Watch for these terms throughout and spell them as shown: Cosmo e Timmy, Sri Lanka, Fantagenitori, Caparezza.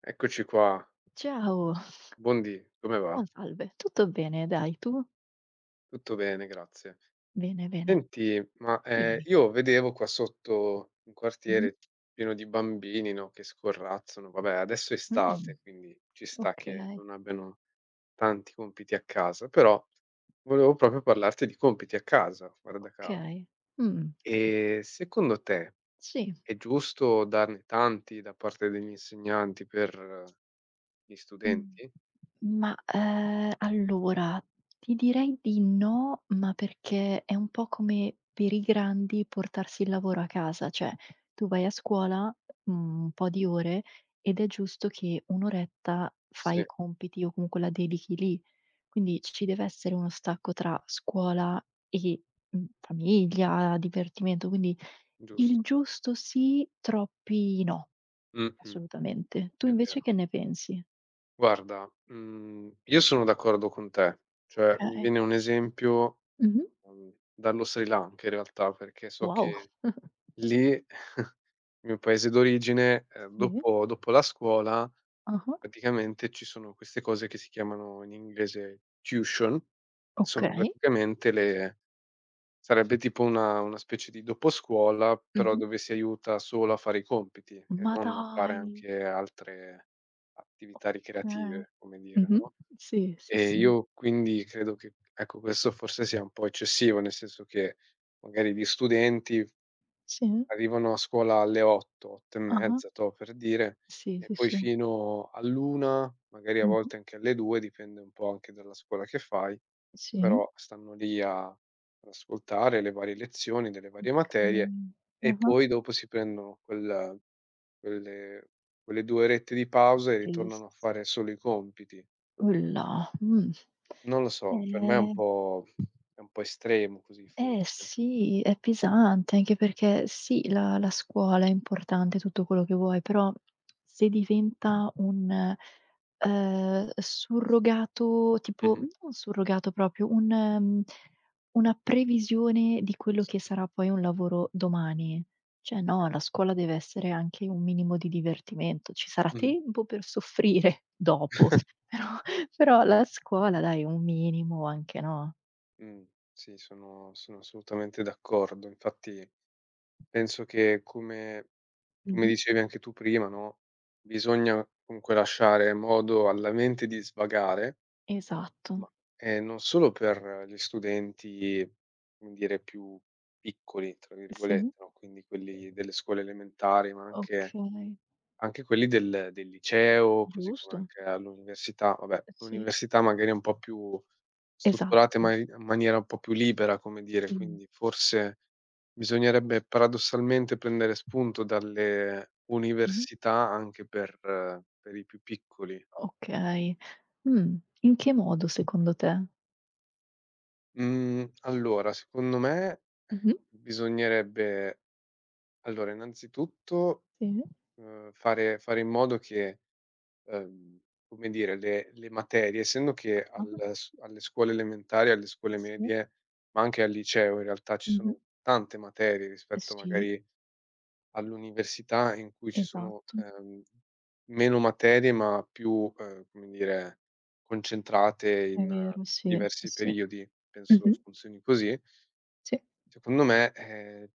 Eccoci qua, Ciao, buondì, come va? buon salve. Tutto bene, dai, tu? Tutto bene, grazie. Bene, bene, Senti, ma, dimmi. io vedevo qua sotto un Mh-mh. quartiere pieno di bambini, no, che scorrazzano. Vabbè, adesso è Mh, estate, quindi ci sta okay, che non abbiano tanti compiti a casa, però volevo proprio parlarti di compiti a casa, guarda caso. okay. Mh, Secondo te sì. è giusto darne tanti da parte degli insegnanti per gli Mh. studenti? Ma, allora, ti direi di no, ma perché è un po' come per i grandi portarsi il lavoro a casa, cioè tu vai a scuola, un po' di ore ed è giusto che 1 oretta fai Sì, i compiti o comunque la dedichi lì. Quindi ci deve essere uno stacco tra scuola e, famiglia, divertimento, quindi il giusto. giusto sì, troppi no, Mh-mh, assolutamente. Tu è invece vero. che ne pensi? Guarda, io sono d'accordo con te. Cioè, mi Okay. viene un esempio, Mh-mh. Dallo Sri Lanka in realtà, perché so Wow. che lì, il mio paese d'origine, Sì. dopo la scuola Ah-ah. praticamente ci sono queste cose che si chiamano in inglese tuition, che sono Okay. praticamente le sarebbe tipo una specie di doposcuola, però Mh-mh. dove si aiuta solo a fare i compiti e Ma non a fare dai. anche altre attività Okay. ricreative, come dire, Mh-mh. no? Sì, sì, E sì. io quindi credo che, ecco, questo forse sia un po' eccessivo, nel senso che magari gli studenti Sì. arrivano a scuola alle 8, 8 e Ah-ah. mezza, toh, per dire, Sì, e sì, poi sì. fino all'1, magari a Mh-mh. volte anche alle 2, dipende un po' anche dalla scuola che fai, Sì. però stanno lì a ad ascoltare le varie lezioni delle varie Okay. materie e Ah-ah. poi dopo si prendono quelle quelle 2 orette di pausa e Sì, s ritornano a s fare solo i compiti. Ulla. Mh. Non lo so, per me Eh è un po' estremo così Eh forse. sì, è pesante, anche perché sì, la scuola è importante, tutto quello che vuoi, però se diventa un, surrogato tipo Mh-mh. non surrogato proprio, una previsione di quello Sì, che sarà poi un lavoro domani. Cioè okay. no, la scuola deve essere anche un minimo di divertimento, ci sarà Mh-mh. tempo per soffrire dopo, però però la scuola dai, un minimo anche, no? Mh, sì, sono assolutamente d'accordo. Infatti penso che come come Mh-mh. dicevi anche tu prima, no, bisogna comunque lasciare modo alla mente di svagare, Esatto. ma, non solo per gli studenti, come dire, più "piccoli", tra Sì, virgolette, no, quindi quelli delle scuole elementari, ma anche okay, anche quelli del liceo, così come giusto. anche all'università. Vabbè, Sì, l'università magari è un po' più strutturata in esatto. mani in maniera un po' più libera, come dire, Sì, quindi forse bisognerebbe paradossalmente prendere spunto dalle mh-mh, università anche per i più piccoli. okay. Mh, In che modo secondo te? Mhmm, allora secondo me Mh-mh, bisognerebbe allora innanzitutto, sì. Fare in modo che ehm, come dire, le materie, essendo che Ah-ah, al s alle scuole elementari, alle scuole sì. medie, ma anche al liceo in realtà ci Mh-mh. sono tante materie rispetto Sì, magari all'università, in cui ci sono, esatto, meno materie ma più, come dire, concentrate è in vero, sì, sì, diversi sì. periodi, penso Mh-mh, funzioni così. sì. Secondo me,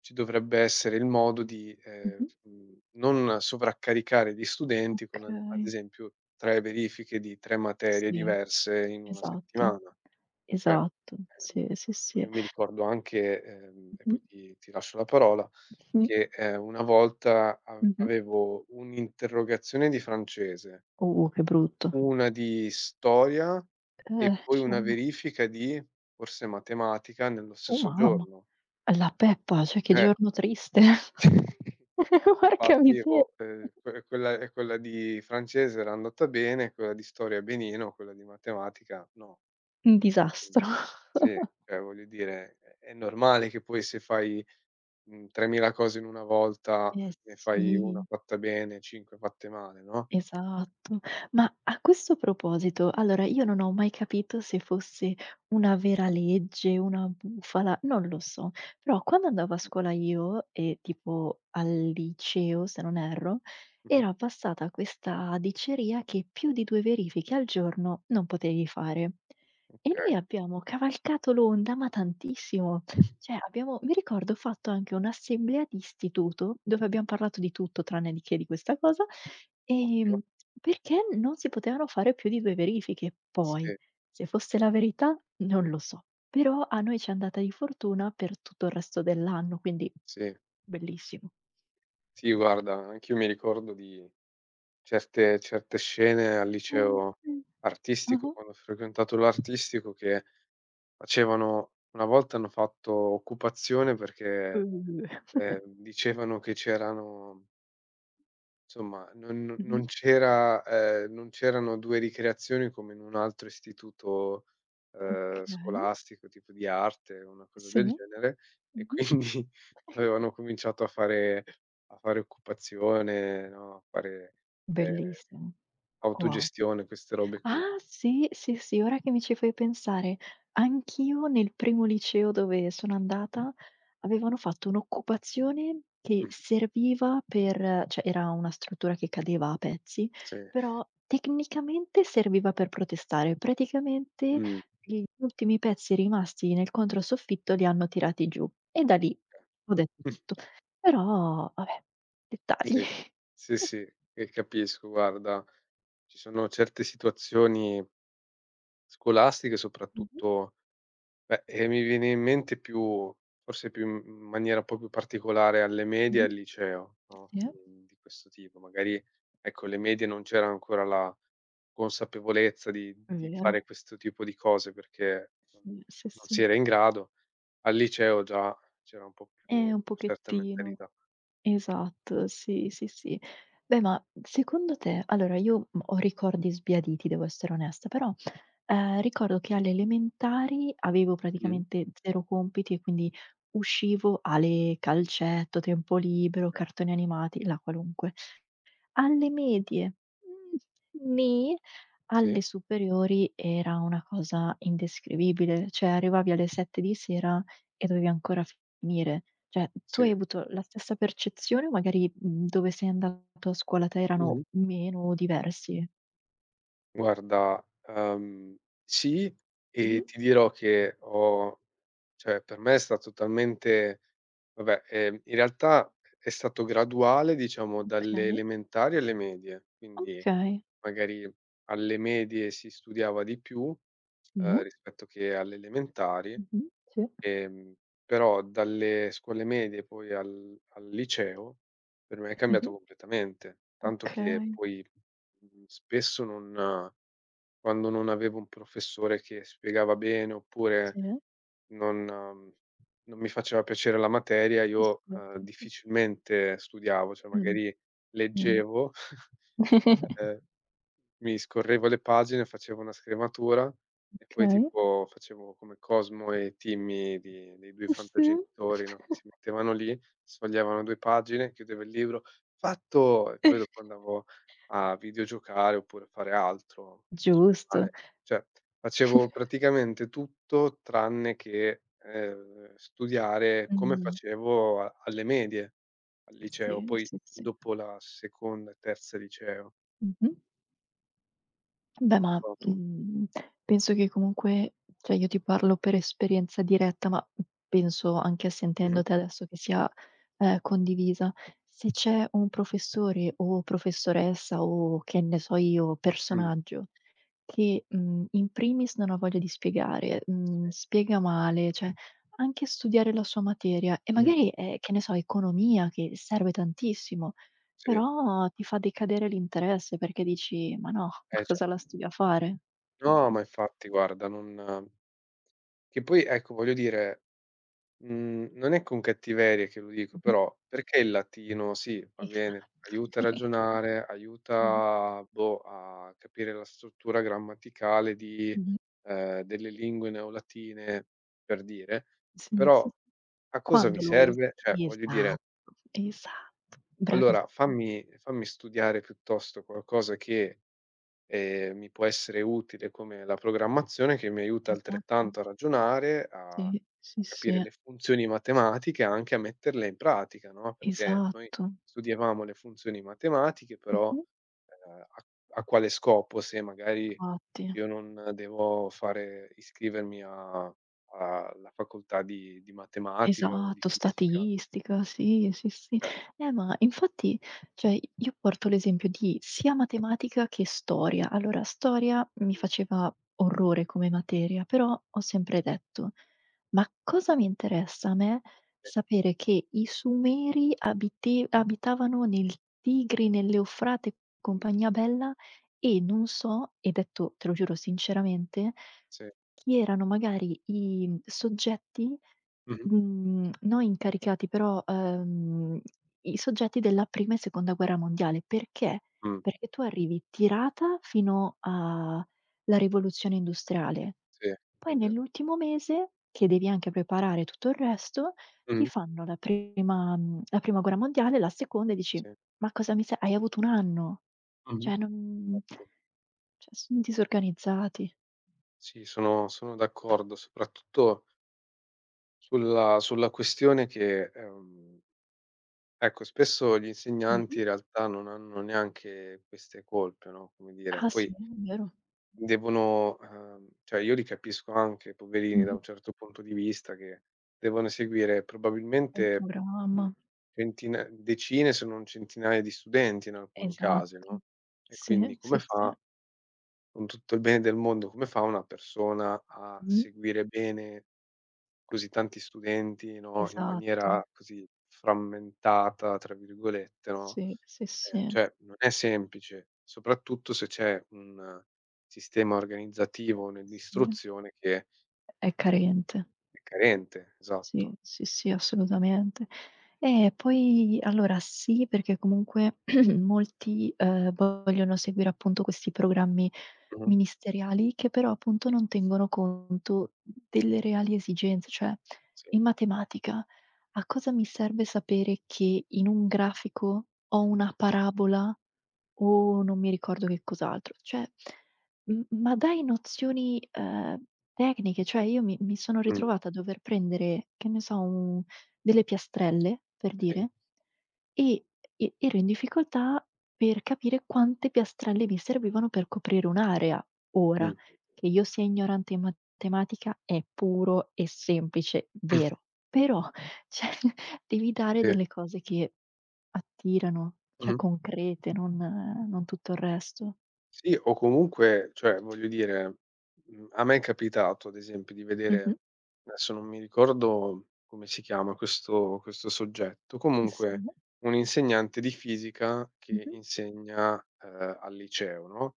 ci dovrebbe essere il modo di, Mh-mh, non sovraccaricare gli studenti con ad okay. esempio 3 verifiche di 3 materie Sì, diverse in 1 esatto, settimana. Cioè, esatto. Sì, ehm, sì, sì. io mi ricordo anche, e poi Mh-mh, ti lascio la parola, sì, che, una volta a mh-mh. avevo un'interrogazione di francese, Che brutto. una di storia e poi una Insomma. verifica di, forse matematica, nello Oh stesso mamma. giorno. La Peppa, cioè che Cioè giorno triste. Porca Infatti, miseria. boh, quella di francese era andata bene, quella di storia benino, quella di matematica no. Un disastro. Quindi sì, cioè voglio dire, è normale che poi se fai, 3000 cose in una volta, Eh ne fai 1 sì. fatta bene, 5 fatte male, no? Esatto. Ma a questo proposito, allora io non ho mai capito se fosse una vera legge, una bufala, non lo so, però quando andavo a scuola io e tipo al liceo, se non erro, Mh-mh. era passata questa diceria che più di 2 verifiche al giorno non potevi fare. E noi Okay, abbiamo cavalcato l'onda, ma tantissimo. Cioè abbiamo mi ricordo ho fatto anche un'assemblea di istituto, dove abbiam parlato di tutto tranne di che di questa cosa. ottimo. Ehm, Perché non si potevano fare più di 2 verifiche. Poi, Sì, se fosse la verità, non sì, lo so. Però a noi c'è andata di fortuna per tutto il resto dell'anno, quindi sì. bellissimo. Sì, guarda, anch'io mi ricordo di certe scene al liceo Sì. artistico, Ah-ah. quando ho frequentato l'artistico che facevano una volta hanno fatto occupazione perché, Uhm. Dicevano che c'erano insomma non Mh-mh. non c'era non c'erano 2 ricreazioni come in un altro istituto, Okay, scolastico, tipo di arte, una cosa sì. del genere, e quindi Mh-mh. avevano cominciato a fare occupazione, no, a fare, ehm, Bellissimo. Wow. autogestione, queste robe qui. Ah sì, sì, sì, ora che mi ci fai pensare, anch'io nel primo liceo dove sono andata avevano fatto un'occupazione che Mh. serviva per cioè era una struttura che cadeva a pezzi, Sì. però tecnicamente serviva per protestare. Praticamente Mh. gli ultimi pezzi rimasti nel controsoffitto li hanno tirati giù e da lì Okay. ho detto tutto. Però vabbè, dettagli. Sì, sì, sì, e capisco, guarda, ci sono certe situazioni scolastiche Mh-mh, soprattutto beh, e mi viene in mente più forse più in maniera un po' più particolare alle medie e al mh-mh, liceo, no, sì, di questo tipo. Magari, ecco, alle medie non c'era ancora la consapevolezza di è di vero. fare questo tipo di cose perché, Sì, sì, non si sì. era in grado. Al liceo già c'era un po' più una Un certa pochettino. mentalità. Esatto, sì, sì, sì. Beh, ma secondo te allora io, ho ricordi sbiaditi, devo essere onesta, però, ricordo che alle elementari avevo Mh-mh. praticamente 0 compiti e quindi uscivo alle calcetto, tempo libero, Eh, cartoni animati, la qualunque. Alle medie, mhmm, nì. sì, Alle superiori era una cosa indescrivibile, cioè arrivavi alle 7 di sera e dovevi ancora finire. Cioè, tu hai sì. avuto la stessa percezione o magari, dove sei andato a scuola te erano Mh-mh. meno o diversi? Guarda, sì, e Mh-mh. ti dirò che ho cioè per me è stato talmente vabbè, in realtà è stato graduale, diciamo, dalle Okay, elementari alle medie, quindi okay. magari alle medie si studiava di più, Sì. Rispetto che alle elementari. Mh-mh. Sì. Ehm, Però dalle scuole medie poi al liceo per me è cambiato Mh-mh. completamente, tanto che Okay. poi, spesso non quando non avevo un professore che spiegava bene oppure Sì. non non mi faceva piacere la materia, Sì, io, sì, sì. difficilmente studiavo, cioè Mh, magari sì. leggevo, ehm mi scorrevo le pagine, facevo una scrematura e poi Okay. tipo facevo come Cosmo e Timmy di dei 2 Sì. Fantagenitori, no, si mettevano lì, sfogliavano 2 pagine, chiudevo il libro: "Fatto!" E poi dopo andavo a videogiocare oppure a fare altro, Giusto. suonare. Cioè, facevo praticamente tutto tranne che, studiare come Mh. facevo a alle medie, al liceo, Sì, poi sì, sì. dopo la seconda e terza liceo. Mh-mh. Beh, Non ma, so tu. Penso che comunque cioè io ti parlo per esperienza diretta, ma, penso anche Mh-mh. sentendo te adesso che sia, condivisa. Se c'è un professore o professoressa o che ne so io, Mh. personaggio che, in primis non ha voglia di spiegare, Sì. spiega male, cioè anche studiare la sua materia e Mh-mh. magari è, che ne so, economia che serve tantissimo, Sì. però ti fa decadere l'interesse perché dici: "Ma no, ma Eh già. cosa la studio a fare?" Cioè. No, ma infatti guarda non che poi ecco voglio dire, non è con cattiveria che lo dico, Mh-mh. però perché il latino sì, va bene, aiuta a esatto. ragionare, Mh-mh, aiuta, boh, a capire la struttura grammaticale di, mh-mh. Delle lingue neolatine, per dire, Sì, sì. però a cosa Quando mi lo serve? usi Cioè voglio dire, esatto, esatto, allora bravissima, fammi studiare piuttosto qualcosa che mi può essere utile come la programmazione, che mi aiuta esatto. altrettanto a ragionare, Sì, sì, a capire sì. le funzioni matematiche, anche a metterle in pratica, no, perché noi Esatto. studiavamo le funzioni matematiche, però, Mh-mh, ehm, a a quale scopo? Se magari infatti. io non devo fare iscrivermi a alla facoltà di matematica o di Esatto, fisica, statistica, sì, sì, sì. cioè Ma infatti, cioè, io porto l'esempio di sia matematica che storia. Allora, storia mi mh, faceva orrore come materia, però ho sempre detto: "Ma cosa mi interessa a me eh, sapere che i Sumeri abite abitavano nel Tigri, nell'Eufrate e mh, compagnia bella e non so" e detto te lo giuro sinceramente, sì, chi erano magari i soggetti mh-mh, no, incaricati, però, i soggetti della prima e seconda guerra mondiale. Perché? mh, Perché tu arrivi tirata fino alla rivoluzione industriale, sì, è poi vero. nell'ultimo mese, che devi anche preparare tutto il resto, ti Mh-mh, fanno la prima guerra mondiale, la seconda e dici: sì, "Ma cosa mi se hai avuto 1 anno?" mh-mh. Cioè non Infatti. cioè son disorganizzati. Sì, sono d'accordo, soprattutto sulla questione che, ecco, spesso gli insegnanti Mh-mh. in realtà non hanno neanche queste colpe, no, come dire, Ah sì, poi è vero. devono cioè io li capisco anche, poverini, da Mh-mh. un certo punto di vista, che devono seguire È un probabilmente, mhmm, programma. centina decine se non centinaia di studenti in alcuni casi, Esatto. no, e quindi Sì, come sì, sì. fa, con tutto il bene del mondo, come fa una persona a Mh. seguire bene così tanti studenti, no, in Esatto. maniera così "frammentata" tra virgolette, no, Sì, sì, sì, cioè non è semplice, soprattutto se c'è un sistema organizzativo sì. nell'istruzione che È mhmm, carente. è carente, Sì, esatto. sì, sì, assolutamente. E poi allora sì, perché comunque molti, vogliono seguire appunto questi programmi Mh-mh. ministeriali che però appunto non tengono conto delle reali esigenze. Cioè Sì. in matematica. A cosa mi serve sapere che in un grafico ho Mh-mh. una parabola o non mi ricordo che cos'altro? Cioè, m ma dai nozioni, tecniche, cioè io mi sono Mh, ritrovata a dover prendere, che ne so, un delle piastrelle, per sì. dire, e ero in difficoltà per capire quante piastrelle mi servivano per coprire un'area. Ora, Mh. che io sia ignorante in matematica è puro e semplice, vero, però cioè, devi dare Sì. delle cose che attirano, cioè Mh-mh. concrete, non tutto il resto. Sì, o comunque cioè, voglio dire, a me è capitato ad esempio di vedere Mh-mh. adesso non mi ricordo come si chiama questo soggetto, Sì. comunque un insegnante di fisica che Mh-mh. insegna, al liceo, no,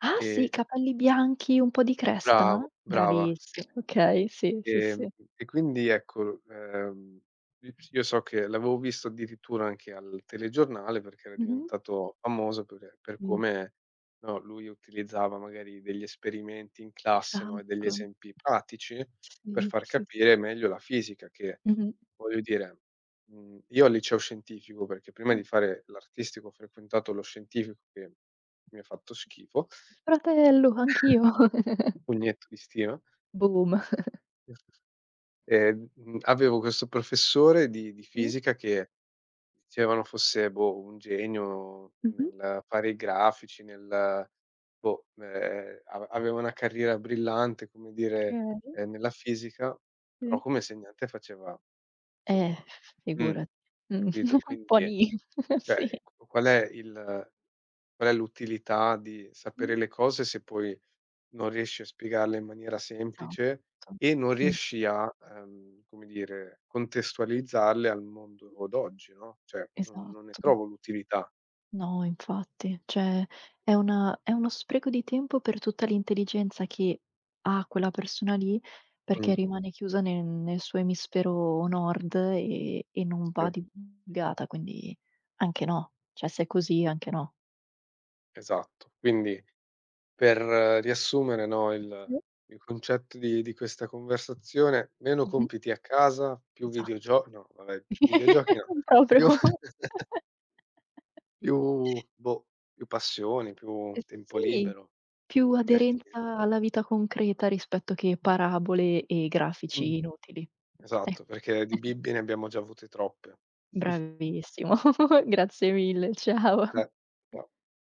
Ah sì, e capelli bianchi, un po' di bravo, cresta? brava, sì, Bravissima, sì. okay, sì, sì, Ehm, sì. e quindi ecco, i io so che l'avevo visto addirittura anche al telegiornale perché era Mh-mh. diventato famoso per Mh. come, no, lui utilizzava magari degli esperimenti in classe, no, e degli Esatto. esempi pratici per Sì, far sì, s capire meglio la fisica che, mh-mh. voglio dire, io al liceo scientifico perché prima Mh. di fare l'artistico ho frequentato lo scientifico che mi ha fatto schifo, Fratello, anch'io. pugnetto di stima. Boom. Mhmm, Avevo questo professore di Sì. fisica che dicevano fosse, boh, un genio Mh-mh. nel fare i grafici, nel boh, aveva una carriera brillante, come dire, Okay, nella fisica, però sì. come insegnante faceva Eh, insomma mh, figurati. Mh. capito? Un Quindi po' nì. cioè, Sì. q qual è il qual è l'utilità di Mh. sapere le cose se poi non riesci a spiegarla in maniera Esatto. semplice e non Mh, riesci a, come dire, contestualizzarle al mondo d'oggi, no, cioè non ne esatto. trovo l'utilità. No, infatti, cioè è uno spreco di tempo per tutta l'intelligenza che ha quella persona lì, perché Mh. rimane chiusa nel suo emisfero nord e non Sì, va divulgata, quindi anche no. Cioè se è così, anche no. esatto. Quindi per riassumere, no, Sì. il concetto di questa conversazione, meno Mh-mh. compiti a casa, più Esatto. videogio no vabbè, videogiochi no, più Proprio. più boh, più passioni, più Eh tempo sì. libero, Più divertimento. aderenza alla vita concreta rispetto che parabole e Mh. grafici inutili. Ecco. Esatto, perché di bibbie ne abbiamo già avute troppe. Bravissimo. Grazie mille, A ciao. te? No.